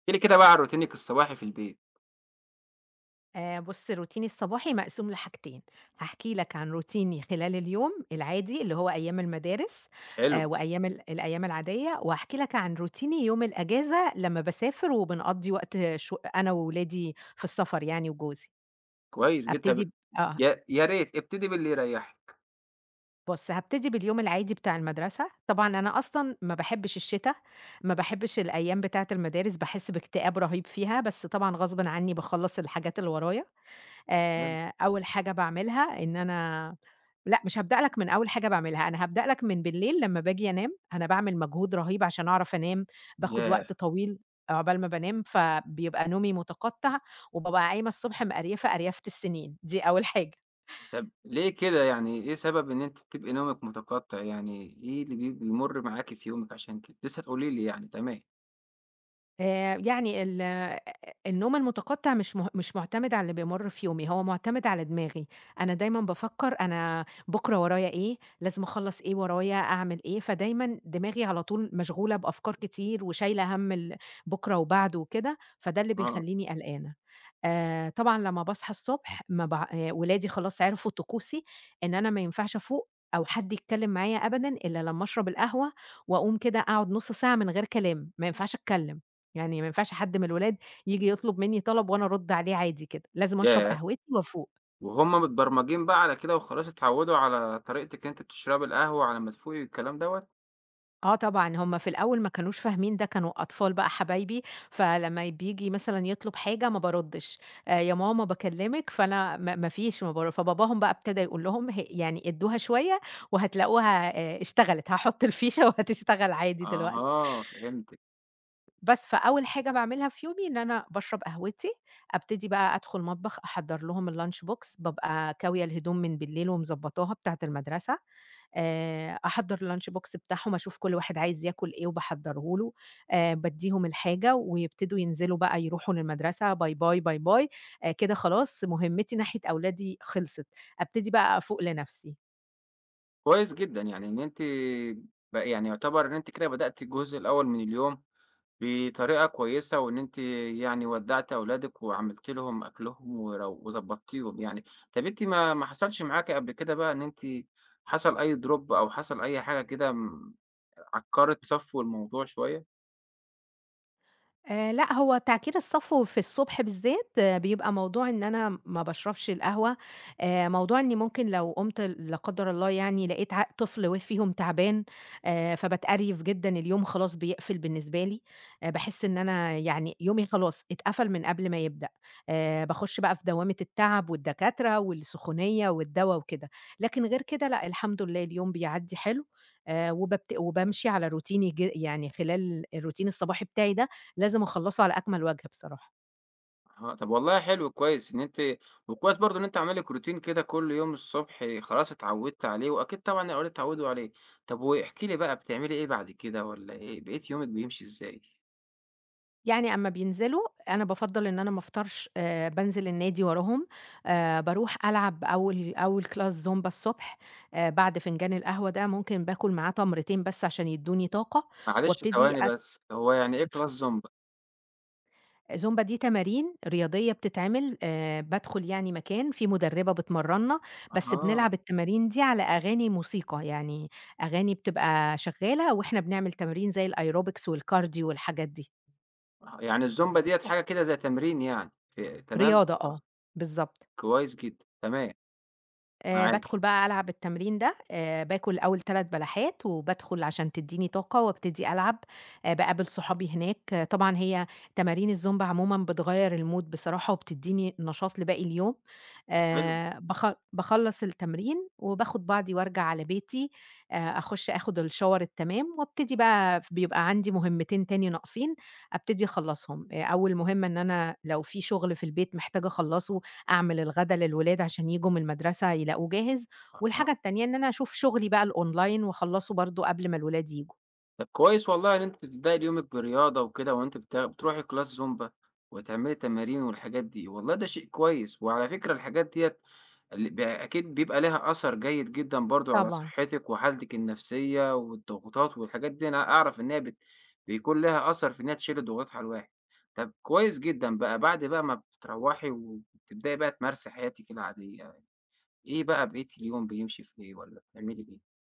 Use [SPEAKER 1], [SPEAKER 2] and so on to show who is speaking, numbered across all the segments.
[SPEAKER 1] احكِ لي كده بقى عن روتينِك الصباحي في البيت.
[SPEAKER 2] بُص روتيني الصباحي مقسوم لحاجتين، هاحكي لك عن روتيني خلال اليوم العادي اللي هو أيام المدارس.
[SPEAKER 1] حلو.
[SPEAKER 2] وأيام الأيام العادية، وهاحكي لك عن روتيني يوم الأجازة لمّا باسافر وبنقضّي وقت شو أنا وولادي في السفر يعني وجوزي.
[SPEAKER 1] كويس جدًا.
[SPEAKER 2] هابتدي
[SPEAKER 1] طب
[SPEAKER 2] ب آه،
[SPEAKER 1] يا ريت ابتدي باللي يريحك.
[SPEAKER 2] بُص هابتدي باليوم العادي بتاع المدرسة، طبعًا أنا أصلًا ما باحبش الشتا، ما باحبش الأيام بتاعة المدارس باحس باكتئاب رهيب فيها، بس طبعًا غصبٍ عني باخلّص الحاجات اللي ورايا.
[SPEAKER 1] تمام.
[SPEAKER 2] أول حاجة باعملها إن أنا لأ، مش هابدأ لك من أول حاجة باعملها، أنا هابدأ لك من بالليل لمّا باجي أنام، أنا باعمل مجهود رهيب عشان أعرف أنام، باخد
[SPEAKER 1] ياه!
[SPEAKER 2] وقت طويل عقبال ما بانام، فبيبقى نومي متقطّع، وبابقى قايمة الصبح مقريفة قريفة السنين، دي أول حاجة.
[SPEAKER 1] طب ليه كده؟ يعني إيه سبب إن أنتِ بتبقي نومِك متقطع؟ يعني إيه اللي بيمُر معاكِ في يومِك عشان كده؟ لسه هتقولي لي يعني. تمام.
[SPEAKER 2] يعني ال آه، النوم المتقطع مش مُعتمد على اللي بيمُر في يومي، هو مُعتمد على دماغي، أنا دايمًا بافكّر أنا بُكرة ورايا إيه، لازم أخلّص إيه ورايا، أعمل إيه، فدايمًا دماغي على طول مشغولة بأفكار كتير وشايلة هَم بُكرة وبعده وكده، فده اللي
[SPEAKER 1] آه.
[SPEAKER 2] بيخلّيني قلقانة. طبعًا لمّا باصحى الصبح ما بع ولادي خلاص عرفوا طقوسي، إن أنا ما ينفعش أفوق أو حد يتكلّم معايا أبدًا إلا لمّا أشرب القهوة وأقوم كده أقعد نُص ساعة من غير كلام، ما ينفعش أتكلّم. يعني ما ينفعش حد من الولاد ييجي يطلب منّي طلب وأنا أرُد عليه عادي كده، لازم أشرب
[SPEAKER 1] ياه!
[SPEAKER 2] قهوتي وأفوق.
[SPEAKER 1] وهُم متبرمجين بقى على كده وخلاص اتعوّدوا على طريقتِك؟ أنتِ بتشربي القهوة على ما تفوقي والكلام دوّة؟
[SPEAKER 2] آه طبعًا، هم في الأول ما كانوش فاهمين ده، كانوا أطفال بقى حبايبي، فلمّا بييجي مثلًا يطلب حاجة ما بارُدّش، "يا ماما باكلّمِك." فأنا ما ما فيش ما بار فباباهم بقى ابتدى يقول لهم يعني ادّوها شوية وهتلاقوها اشتغلت، هاحُط الفيشة وهتشتغل عادي دلوقتي.
[SPEAKER 1] أها، فهمتِك.
[SPEAKER 2] بس فأول حاجة باعملها في يومي إن أنا باشرب قهوتي، أبتدي بقى أدخل مطبخ أحضّر لهم الlunch box بابقى كاوية الهدوم من بالليل ومضبّطاها بتاعة المدرسة، أحضّر الlunch box بتاعهم، أشوف كل واحد عايز ياكل إيه وباحضّره له، بادّيهم الحاجة ويبتدوا ينزلوا بقى يروحوا للمدرسة باي، باي، باي، باي، كده خلاص مهمتي ناحية أولادي خلصت، أبتدي بقى أفوق لنفسي.
[SPEAKER 1] كويس جدًا، يعني إن أنتِ بقى يعني يعتبر إن أنتِ كده بدأتِ الجزء الأول من اليوم بطريقة كويسة، وإن أنتِ يعني ودّعتِ أولادِك وعملتِ لهم أكلهم وضبّطتيهم يعني. طَب أنتِ ما حصلش معاكِ قبل كده بقى إن أنتِ حصل أي drop أو حصل أي حاجة كده عكّرِت صفو الموضوع شوية؟
[SPEAKER 2] لأ، هو تعكير الصفو في الصبح بالذات بيبقى موضوع إن أنا ما باشربش القهوة، موضوع إني ممكن لو قُمت لا قدّر الله يعني لقيت ع طفل و فيهم تعبان، فباتقريف جدًا، اليوم خلاص بيقفل بالنسبة لي، باحس إن أنا يعني يومي خلاص اتقفل من قبل ما يبدأ، باخش بقى في دوامة التعب والدكاترة والسخونية والدوا وكده، لكن غير كده لأ، الحمد لله اليوم بيعدّي حلو، وبابت وبامشي على روتيني يعني خلال الروتين الصباحي بتاعي ده، لازم أخلّصه على أكمل وجه بصراحة.
[SPEAKER 1] آه. طَب والله حلو، كويس إن أنتِ، وكويس برضه إن أنتِ عاملة لِك routine كده كل يوم الصبح، خلاص اتعوّدتِ عليه، وأكيد طبعًا الأولاد اتعوّدوا عليه. طَب واحكِ لي بقى بتعملي إيه بعد كده، والّا إيه، بقية يومِك بيمشي إزاي؟
[SPEAKER 2] يعني أمّا بينزلوا أنا بافضّل إن أنا ما أفطرش، بانزل النادي وراهم، باروح ألعب أول class زومبا الصبح، بعد فنجان القهوة ده ممكن باكل معاه تمرتين بس عشان يدّوني طاقة،
[SPEAKER 1] معلش
[SPEAKER 2] وابتدي
[SPEAKER 1] ثواني بس، هو يعني إيه class
[SPEAKER 2] اتفوق.
[SPEAKER 1] zumba؟
[SPEAKER 2] زومبا دي تمارين رياضية بتتعمل، بادخل يعني مكان في مدربة بتمرّنا، بس
[SPEAKER 1] أها.
[SPEAKER 2] بنلعب التمارين دي على أغاني موسيقى، يعني أغاني بتبقى شغّالة وإحنا بنعمل تمارين زي الaerobics والcardio والحاجات دي.
[SPEAKER 1] آه، يعني الزومبا ديّة حاجة كده زي تمرين يعني، في تمام،
[SPEAKER 2] رياضة آه،
[SPEAKER 1] آه.
[SPEAKER 2] بالضبط.
[SPEAKER 1] كويس جدًا، تمام. معاكِ.
[SPEAKER 2] بادخل بقى ألعب التمرين ده، باكل أول 3 بلحات وبادخل عشان تدّيني طاقة وابتدي ألعب، باقابل صحابي هناك، آه طبعًا هي تمارين الزومبا عمومًا بتغيّر الmood بصراحة وبتدّيني نشاط لباقي اليوم.
[SPEAKER 1] حلو.
[SPEAKER 2] آآ باخ باخلّص التمرين وباخد بعضي وارجع على بيتي، أخُش آخد الShower التمام وابتدي بقى بيبقى عندي مهمتين تاني ناقصين، أبتدي أخلّصهم. أول مهمة إن أنا لو في شغل في البيت محتاجة أخلّصه أعمل الغدا للولاد عشان ييجوا من المدرسة يلاقوه جاهز،
[SPEAKER 1] أها.
[SPEAKER 2] والحاجة التانية إن أنا أشوف شغلي بقى الأونلاين وأخلّصه برضه قبل ما الولاد ييجوا.
[SPEAKER 1] طب كويس والله إن أنتِ بتبدئي يومِك برياضة وكده، وأنتِ بتروحي كلاس زومبا وتعملي تمارين والحاجات دي، والله ده شيء كويس. وعلى فكرة الحاجات ديّة ال ب أكيد بيبقى ليها أثر جيد جدًا برضه على
[SPEAKER 2] طبعًا.
[SPEAKER 1] صحتِك وحالتِك النفسية والضغوطات والحاجات دي. أنا أعرف إن هي بيكون ليها أثر في إنها تشيل الضغوطات على الواحد. طَب كويس جدًا بقى، بعد بقى ما بتروّحي وبتبدئي بقى تمارسي حياتِك العادية، إيه بقى بقية اليوم بيمشي في إيه، والّا بتعملي إيه؟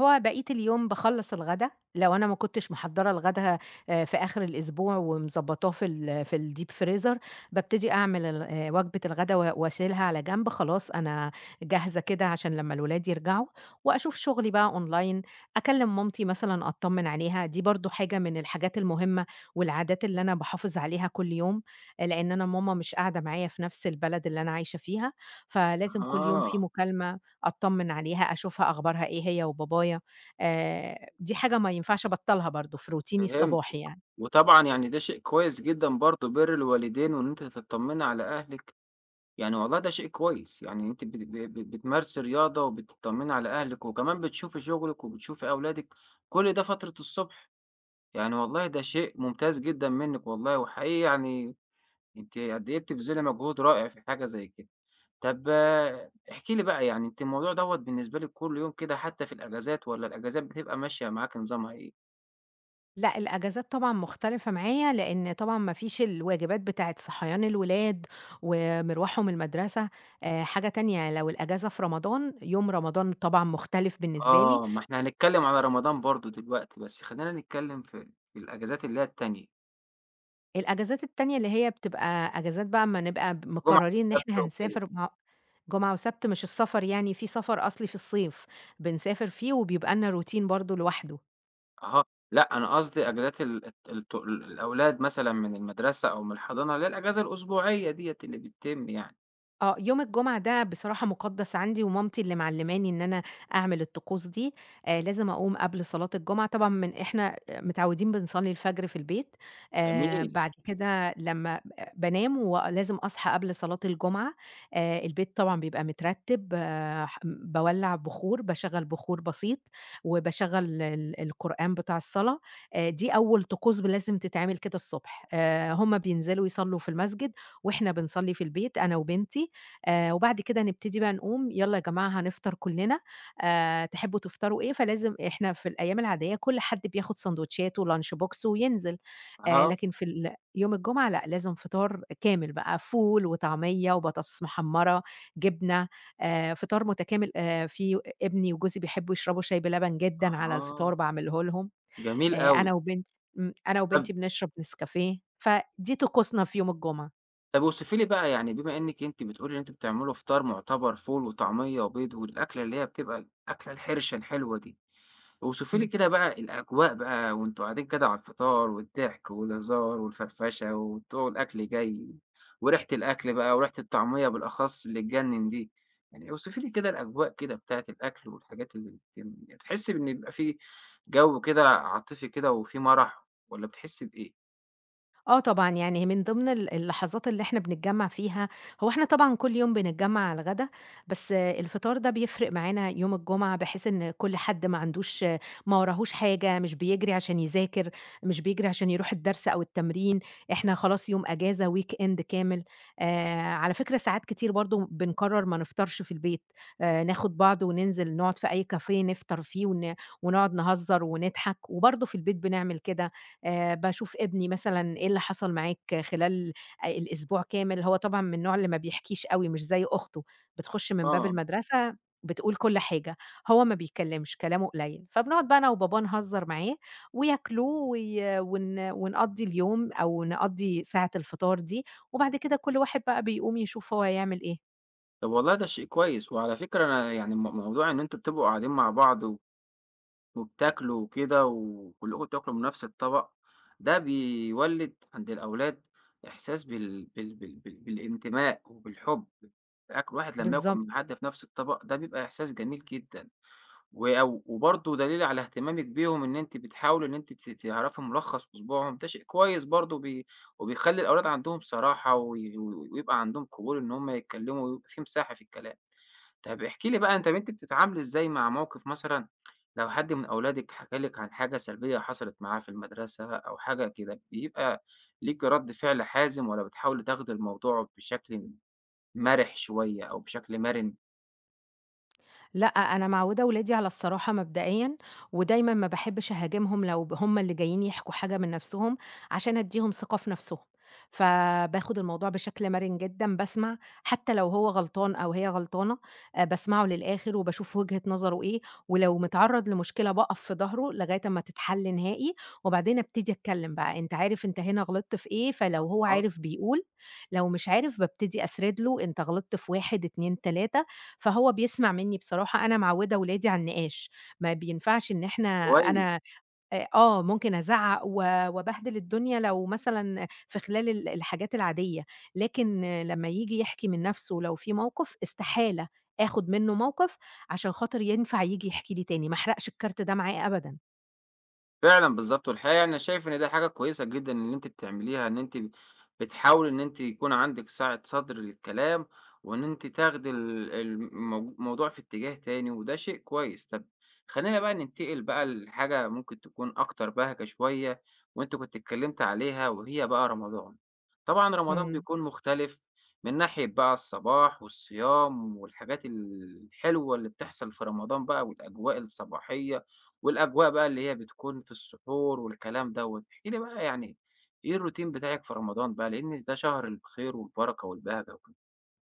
[SPEAKER 2] هو بقية اليوم باخلّص الغدا، لو أنا ما كنتش محضّرة الغدا في آخر الأسبوع ومضبّطاه في ال في الdeep freezer بابتدي أعمل ال وجبة الغدا واشيلها على جنب خلاص أنا جاهزة كده عشان لمّا الولاد يرجعوا، وأشوف شغلي بقى online أكلّم مامتي مثلًا أطّمن عليها، دي برضه حاجة من الحاجات المهمة والعادات اللي أنا باحافظ عليها كل يوم، آه، لإن أنا ماما مش قاعدة معايا في نفس البلد اللي أنا عايشة فيها، فلازم كل يوم في
[SPEAKER 1] آه،
[SPEAKER 2] مكالمة أتطمّن عليها، أشوفها أخبارها إيه هي وبابايا، دي حاجة ما ينفعش أبطّلها برضه في روتيني
[SPEAKER 1] فهمتِك.
[SPEAKER 2] الصباحي يعني.
[SPEAKER 1] وطبعًا يعني ده شيء كويس جدًا برضه، بِر الوالدين وإن أنتِ تطمّني على أهلِك. يعني والله ده شيء كويس، يعني أنتِ بت ب ب بتمارسي رياضة وبتطمّني على أهلِك وكمان بتشوفي شغلِك وبتشوفي أولادِك، كل ده فترة الصبح، يعني والله ده شيء ممتاز جدًا منِّك والله. وحقيقي يعني أنتِ قد إيه بتبذلي مجهود رائع في حاجة زي كده. طب احكي لي بقى، يعني أنتِ الموضوع دوّة بالنسبة لِك كل يوم كده حتى في الأجازات، والّا الأجازات بتبقى ماشية معاكِ نظامها إيه؟
[SPEAKER 2] لأ، الأجازات طبعًا مختلفة معايا، لإن طبعًا ما فيش الواجبات بتاعة صحيان الولاد ومروحهم المدرسة، حاجة تانية لو الأجازة في رمضان، يوم رمضان طبعًا مختلف بالنسبة لي.
[SPEAKER 1] آه، ما إحنا هنتكلّم على رمضان برضه دلوقتي، بس خلّينا نتكلّم في الأجازات اللي هي التانية،
[SPEAKER 2] الأجازات التانية اللي هي بتبقى أجازات بقى أمّا نبقى
[SPEAKER 1] جمعة
[SPEAKER 2] مقررين إن
[SPEAKER 1] وسبت
[SPEAKER 2] إحنا
[SPEAKER 1] وكده.
[SPEAKER 2] هنسافر مع جمعة وسبت مش السفر يعني في سفر أصلي في الصيف، بنسافر فيه وبيبقى لنا روتين برضه لوحده.
[SPEAKER 1] أها، لأ أنا قصدي أجازات ال الت الت الأولاد مثلًا من المدرسة أو من الحضانة، اللي هي الأجازة الأسبوعية ديّة اللي بتتم يعني.
[SPEAKER 2] آه، يوم الجمعة ده بصراحة مُقدّس عندي، ومامتي اللي معلّماني إن أنا أعمل الطقوس دي، لازم أقوم قبل صلاة الجمعة، طبعًا من إحنا متعودين بنصلّي الفجر في البيت،
[SPEAKER 1] جميل.
[SPEAKER 2] بعد كده لمّا بانام ولازم أصحى قبل صلاة الجمعة، البيت طبعًا بيبقى مترتّب، آه ح باولّع بخور، باشغّل بخور بسيط، وباشغّل القرآن بتاع الصلاة، دي أول طقوس لازم تتعمل كده الصبح، هُم بينزلوا يصلّوا في المسجد، وإحنا بنصلّي في البيت أنا وبنتي، وبعد كده نبتدي بقى نقوم، يالّا يا جماعة هنفطر كُلّنا، تحبّوا تفطروا إيه؟ فلازم إحنا في الأيام العادية كل حد بياخُد ساندوتشاته، lunch box وينزل،
[SPEAKER 1] أها.
[SPEAKER 2] لكن في يوم الجمعة لأ، لازم فطار كامل بقى، فول وطعمية وبطاطس محمّرة، جبنة، فطار متكامل في ابني وجوزي بيحبّوا يشربوا شاي بلبن جدًا على
[SPEAKER 1] أها،
[SPEAKER 2] الفطار باعمله لهم،
[SPEAKER 1] جميل
[SPEAKER 2] أنا
[SPEAKER 1] أوي.
[SPEAKER 2] وبنتي إمم، أنا
[SPEAKER 1] طب
[SPEAKER 2] وبنتي بنشرب نسكافيه، فدي طقوسنا في يوم الجمعة.
[SPEAKER 1] اوصفي لي بقى، يعني بما إنِّك أنتِ بتقولي إن أنتم بتعملوا فطار مُعتبر، فول وطعمية وبيض، والأكلة اللي هي بتبقى الأكلة الحرشة الحلوة دي، اوصفي لي
[SPEAKER 2] إمم.
[SPEAKER 1] كده بقى الأجواء بقى، وأنتم قاعدين كده على الفطار والضحك والهزار والفرفشة وبتوع الأكل جاي، وريحة الأكل بقى وريحة الطعمية بالأخص اللي تجنن دي، يعني اوصفي لي كده الأجواء كده بتاعة الأكل والحاجات اللي بتحسي بإن بيبقى في جو كده عاطفي كده وفي مرح، ولا بتحسي بإيه؟
[SPEAKER 2] آه طبعًا، يعني من ضمن اللحظات اللي إحنا بنتجمّع فيها هو إحنا طبعًا كل يوم بنتجمّع على الغدا، بس الفطار ده بيفرق معانا يوم الجمعة، بحيث إن كل حد ما عندوش ما وراهوش حاجة، مش بيجري عشان يذاكر، مش بيجري عشان يروح الدرس أو التمرين، إحنا خلاص يوم أجازة weekend كامل. على فكرة ساعات كتير برضه بنقرر ما نفطرش في البيت، ناخد بعض وننزل نقعد في أي كافيه نفطر فيه ونقعد نهزر ونضحك، وبرضه في البيت بنعمل كده. باشوف ابني مثلًا إيه اللي حصل معاك خلال الأسبوع كامل، هو طبعًا من النوع اللي ما بيحكيش أوي مش زي أخته، بتخش من باب
[SPEAKER 1] آه.
[SPEAKER 2] المدرسة بتقول كل حاجة، هو ما بيتكلمش كلامه قليل، فبنقعد بقى أنا وباباه نهزر معاه وياكلوا وي ون ونقضّي اليوم أو نقضّي ساعة الفطار دي، وبعد كده كل واحد بقى بيقوم يشوف هو هيعمل إيه.
[SPEAKER 1] طب والله ده شيء كويس. وعلى فكرة أنا يعني موضوع إن أنتوا بتبقوا قاعدين مع بعض وبتاكلوا وكده، وكلكم بتاكلوا من نفس الطبق، ده بيولِّد عند الأولاد إحساس بالانتماء وبالحُب. الواحد لمّا ياكل
[SPEAKER 2] بالضبط.
[SPEAKER 1] من حد في نفس الطبق ده بيبقى إحساس جميل جدًا. وبرضه دليل على اهتمامِك بيهم، إن أنتِ بتحاولي إن أنتِ تعرفي ملخص أسبوعهم، ده شيء كويس برضه، وبيخلّي الأولاد عندهم صراحة ويبقى عندهم قبول إن هم يتكلموا، ويبقى في مساحة في الكلام. طب احكي لي بقى أنتِ، طب أنتِ بتتعاملي إزاي مع موقف مثلًا لو حد من أولادِك حكى لِك عن حاجة سلبية حصلت معاه في المدرسة أو حاجة كده، بيبقى ليكِ رد فعل حازم، والّا بتحاولي تاخدي الموضوع بشكل مرِح شوية أو بشكل مرِن؟
[SPEAKER 2] لأ، أنا معوّدة ولادي على الصراحة مبدئيًا، ودايمًا ما باحبش أهاجمهم لو هُم اللي جايين يحكوا حاجة من نَفْسهم، عشان أدّيهم ثقة في نَفْسهم، فباخد الموضوع بشكل مرن جدًا، باسمع حتى لو هو غلطان أو هي غلطانة، باسمعه للآخِر وباشوف وجهة نظره إيه، ولو متعرّض لمشكلة باقف في ضهره لغاية أمّا تتحل نهائي، وبعدين أبتدي أتكلّم بقى، أنت عارف أنت هنا غلطت في إيه، فلو هو
[SPEAKER 1] آه.
[SPEAKER 2] عارف بيقول، لو مش عارف بابتدي أسرد له أنت غلطت في 1، 2، 3 فهو بيسمع منّي بصراحة، أنا معوّدة ولادي على النقاش، ما بينفعش إن إحنا
[SPEAKER 1] كويس.
[SPEAKER 2] أنا آه، ممكن أزعّق وأبهدل الدنيا لو مثلًا في خلال الحاجات العادية، لكن لمّا ييجي يحكي من نَفْسه لو في موقِف، استحالة آخُد منّه موقِف عشان خاطر ينفع ييجي يحكي لي تاني، ما أحرقش الكارت ده معاه أبدًا.
[SPEAKER 1] فعلًا بالضبط. والحقيقة يعني أنا شايف إن ده حاجة كويسة جدًا اللي أنتِ بتعمليها، إن أنتِ بتحاولي إن أنتِ يكون عندِك سعة صدر للكلام، وإن أنتِ تاخدي ال المو الموضوع في اتجاه تاني، وده شيء كويس. طب خلّينا بقى ننتقل بقى لحاجة ممكن تكون أكتر بهجة شوية، وأنتِ كنتِ اتكلمتِ عليها وهي بقى رمضان. طبعًا رمضان
[SPEAKER 2] إمم.
[SPEAKER 1] بيكون مختلف من ناحية بقى الصباح والصيام والحاجات الحلوة اللي بتحصل في رمضان بقى والأجواء الصباحية. والأجواء بقى اللي هي بتكون في السحور والكلام دوّة، احكِ لي بقى يعني إيه الروتين بتاعِك في رمضان بقى، لإن ده شهر الخير والبركة والبهجة وكده.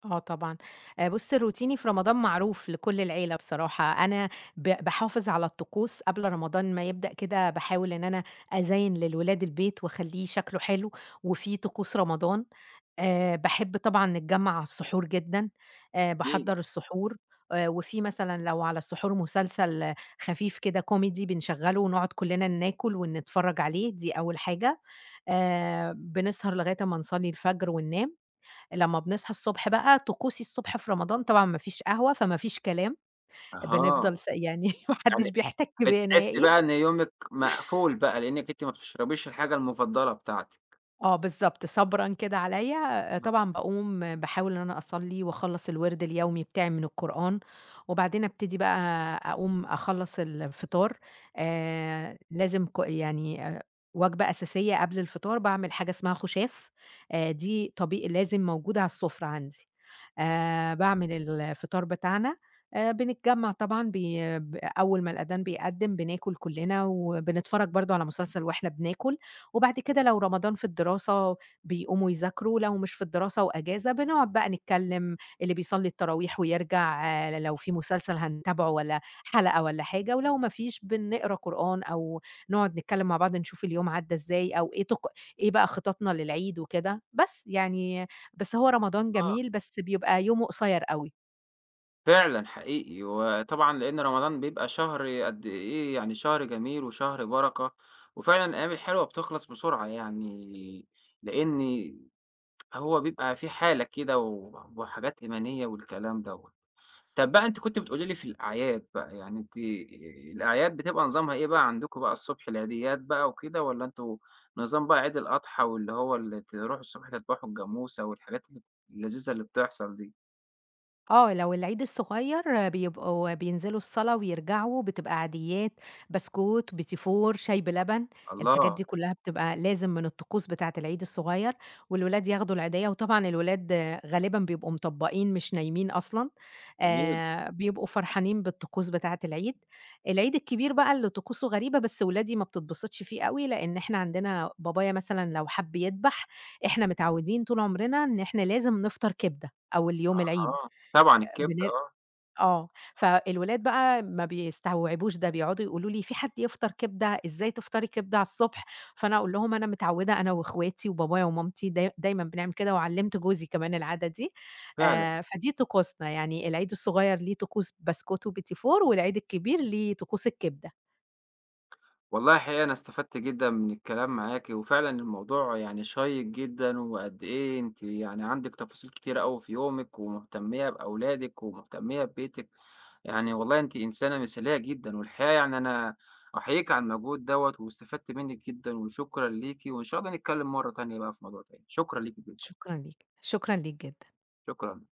[SPEAKER 2] آه طبعًا. بُص، روتيني في رمضان معروف لكل العيلة بصراحة. أنا باحافظ على الطقوس قبل رمضان ما يبدأ كده، باحاول إن أنا أزيّن للولاد البيت وأخلّيه شكله حلو وفيه طقوس رمضان. باحب طبعًا نتجمّع على السحور جدًا،
[SPEAKER 1] احكي لي.
[SPEAKER 2] باحضّر السحور وفي مثلًا لو على السحور مسلسل خفيف كده كوميدي بنشغّله ونقعد كلّنا ناكل ونتفرّج عليه، دي أول حاجة. بنسهر لغاية أمّا نصلّي الفجر وننام. لمّا بنصحى الصبح بقى طقوسي الصبح في رمضان طبعًا ما فيش قهوة، فما فيش كلام،
[SPEAKER 1] أها.
[SPEAKER 2] بنفضل يعني ما حدّش
[SPEAKER 1] يعني
[SPEAKER 2] بيحتَك بيّا
[SPEAKER 1] بتحسّي
[SPEAKER 2] نهائي.
[SPEAKER 1] بقى إن يومِك مقفول بقى، لإنِّك أنتِ ما بتشربيش الحاجة المفضلة بتاعتِك.
[SPEAKER 2] آه بالضبط، صبرًا كده عليَّ، طبعًا باقوم باحاول إن أنا أصلّي وأخلّص الوِرد اليومي بتاعي من القرآن، وبعدين أبتدي بقى أقوم أخلّص الفطار، لازم ك يعني وجبة أساسية قبل الفطار باعمل حاجة اسمها خُشاف، دي طبي لازم موجودة على السُفرة عندي، باعمل الفطار بتاعنا، بنتجمّع طبعًا بي ب أول ما الأذان بيأدّن بناكل كُلّنا، وبنتفرّج برضه على مسلسل وإحنا بناكل، وبعد كده لو رمضان في الدراسة بيقوموا يذاكروا، لو مش في الدراسة وأجازة بنقعد بقى نتكلم، اللي بيصلّي التراويح ويرجع لو في مسلسل هنتابعه والّا حلقة والّا حاجة، ولو ما فيش بنقرا قرآن أو نقعد نتكلم مع بعض نشوف اليوم عدّى إزاي أو إيه إيه بقى خططنا للعيد وكده، بس يعني بس هو رمضان
[SPEAKER 1] أها.
[SPEAKER 2] جميل بس بيبقى يومه قصير أوي.
[SPEAKER 1] فعلًا حقيقي. وطبعًا لإن رمضان بيبقى شهر قد إيه، يعني شهر جميل وشهر بركة، وفعلًا الأيام الحلوة بتخلص بسرعة يعني، لإن هو بيبقى في حالة كده وحاجات إيمانية والكلام دوّة. طب بقى أنتِ كنتِ بتقولي لي في الأعياد بقى، يعني أنتِ الأعياد بتبقى نظامها إيه بقى عندكم، بقى الصبح العيديات بقى وكده، والّا أنتم نظام بقى عيد الأضحى، واللي هو اللي تروحوا الصبح تذبحوا الجاموسة والحاجات اللذيذة اللي بتحصل دي؟
[SPEAKER 2] آه، لو العيد الصغير بيبقوا بينزلوا الصلاة ويرجعوا، بتبقى عاديات، بسكوت، بيتي فور، شاي بلبن، الحاجات
[SPEAKER 1] الله!
[SPEAKER 2] دي كلّها بتبقى لازم من الطقوس بتاعة العيد الصغير، والولاد ياخدوا العيديّة، وطبعًا الولاد غالبًا بيبقوا مطبّقين مش نايمين أصلًا،
[SPEAKER 1] جميل.
[SPEAKER 2] بيبقوا فرحانين بالطقوس بتاعة العيد. العيد الكبير بقى اللي طقوسه غريبة، بس ولادي ما بتتبسطش فيه أوي، لإن إحنا عندنا بابايا مثلًا لو حَب يدبح، إحنا متعودين طول عمرنا إن إحنا لازم نفطر كبدة أول يوم العيد.
[SPEAKER 1] آه، طبعًا الكبدة،
[SPEAKER 2] بن
[SPEAKER 1] آه.
[SPEAKER 2] آه، فالولاد بقى ما بيستوعبوش ده، بيقعدوا يقولوا لي: "في حد يفطر كبدة؟ إزاي تفطري كبدة على الصبح؟" فأنا أقول لهم: "أنا متعودة أنا وأخواتي وبابايا ومامتي دايمًا بنعمل كده، وعلّمت جوزي كمان العادة دي."
[SPEAKER 1] فعلًا.
[SPEAKER 2] فدي طقوسنا، يعني العيد الصغير ليه طقوس بسكوت وبيتي فور، والعيد الكبير ليه طقوس الكبدة.
[SPEAKER 1] والله الحقيقة أنا استفدت جدًا من الكلام معاكِ، وفعلًا الموضوع يعني شيّق جدًا، وقد إيه أنتِ يعني عندِك تفاصيل كتيرة أوي في يومِك، ومهتمية بأولادِك، ومهتمية ببيتِك. يعني والله أنتِ إنسانة مثالية جدًا. والحقيقة يعني أنا أحييكِ على المجهود دوّة، واستفدت منِّك جدًا، وشكرًا ليكِ، وإن شاء الله نتكلم مرّة تانية بقى في موضوع تاني، شكرًا ليكِ جدًا.
[SPEAKER 2] شكرًا ليك، شكرًا ليك جدًا.
[SPEAKER 1] شكرًا.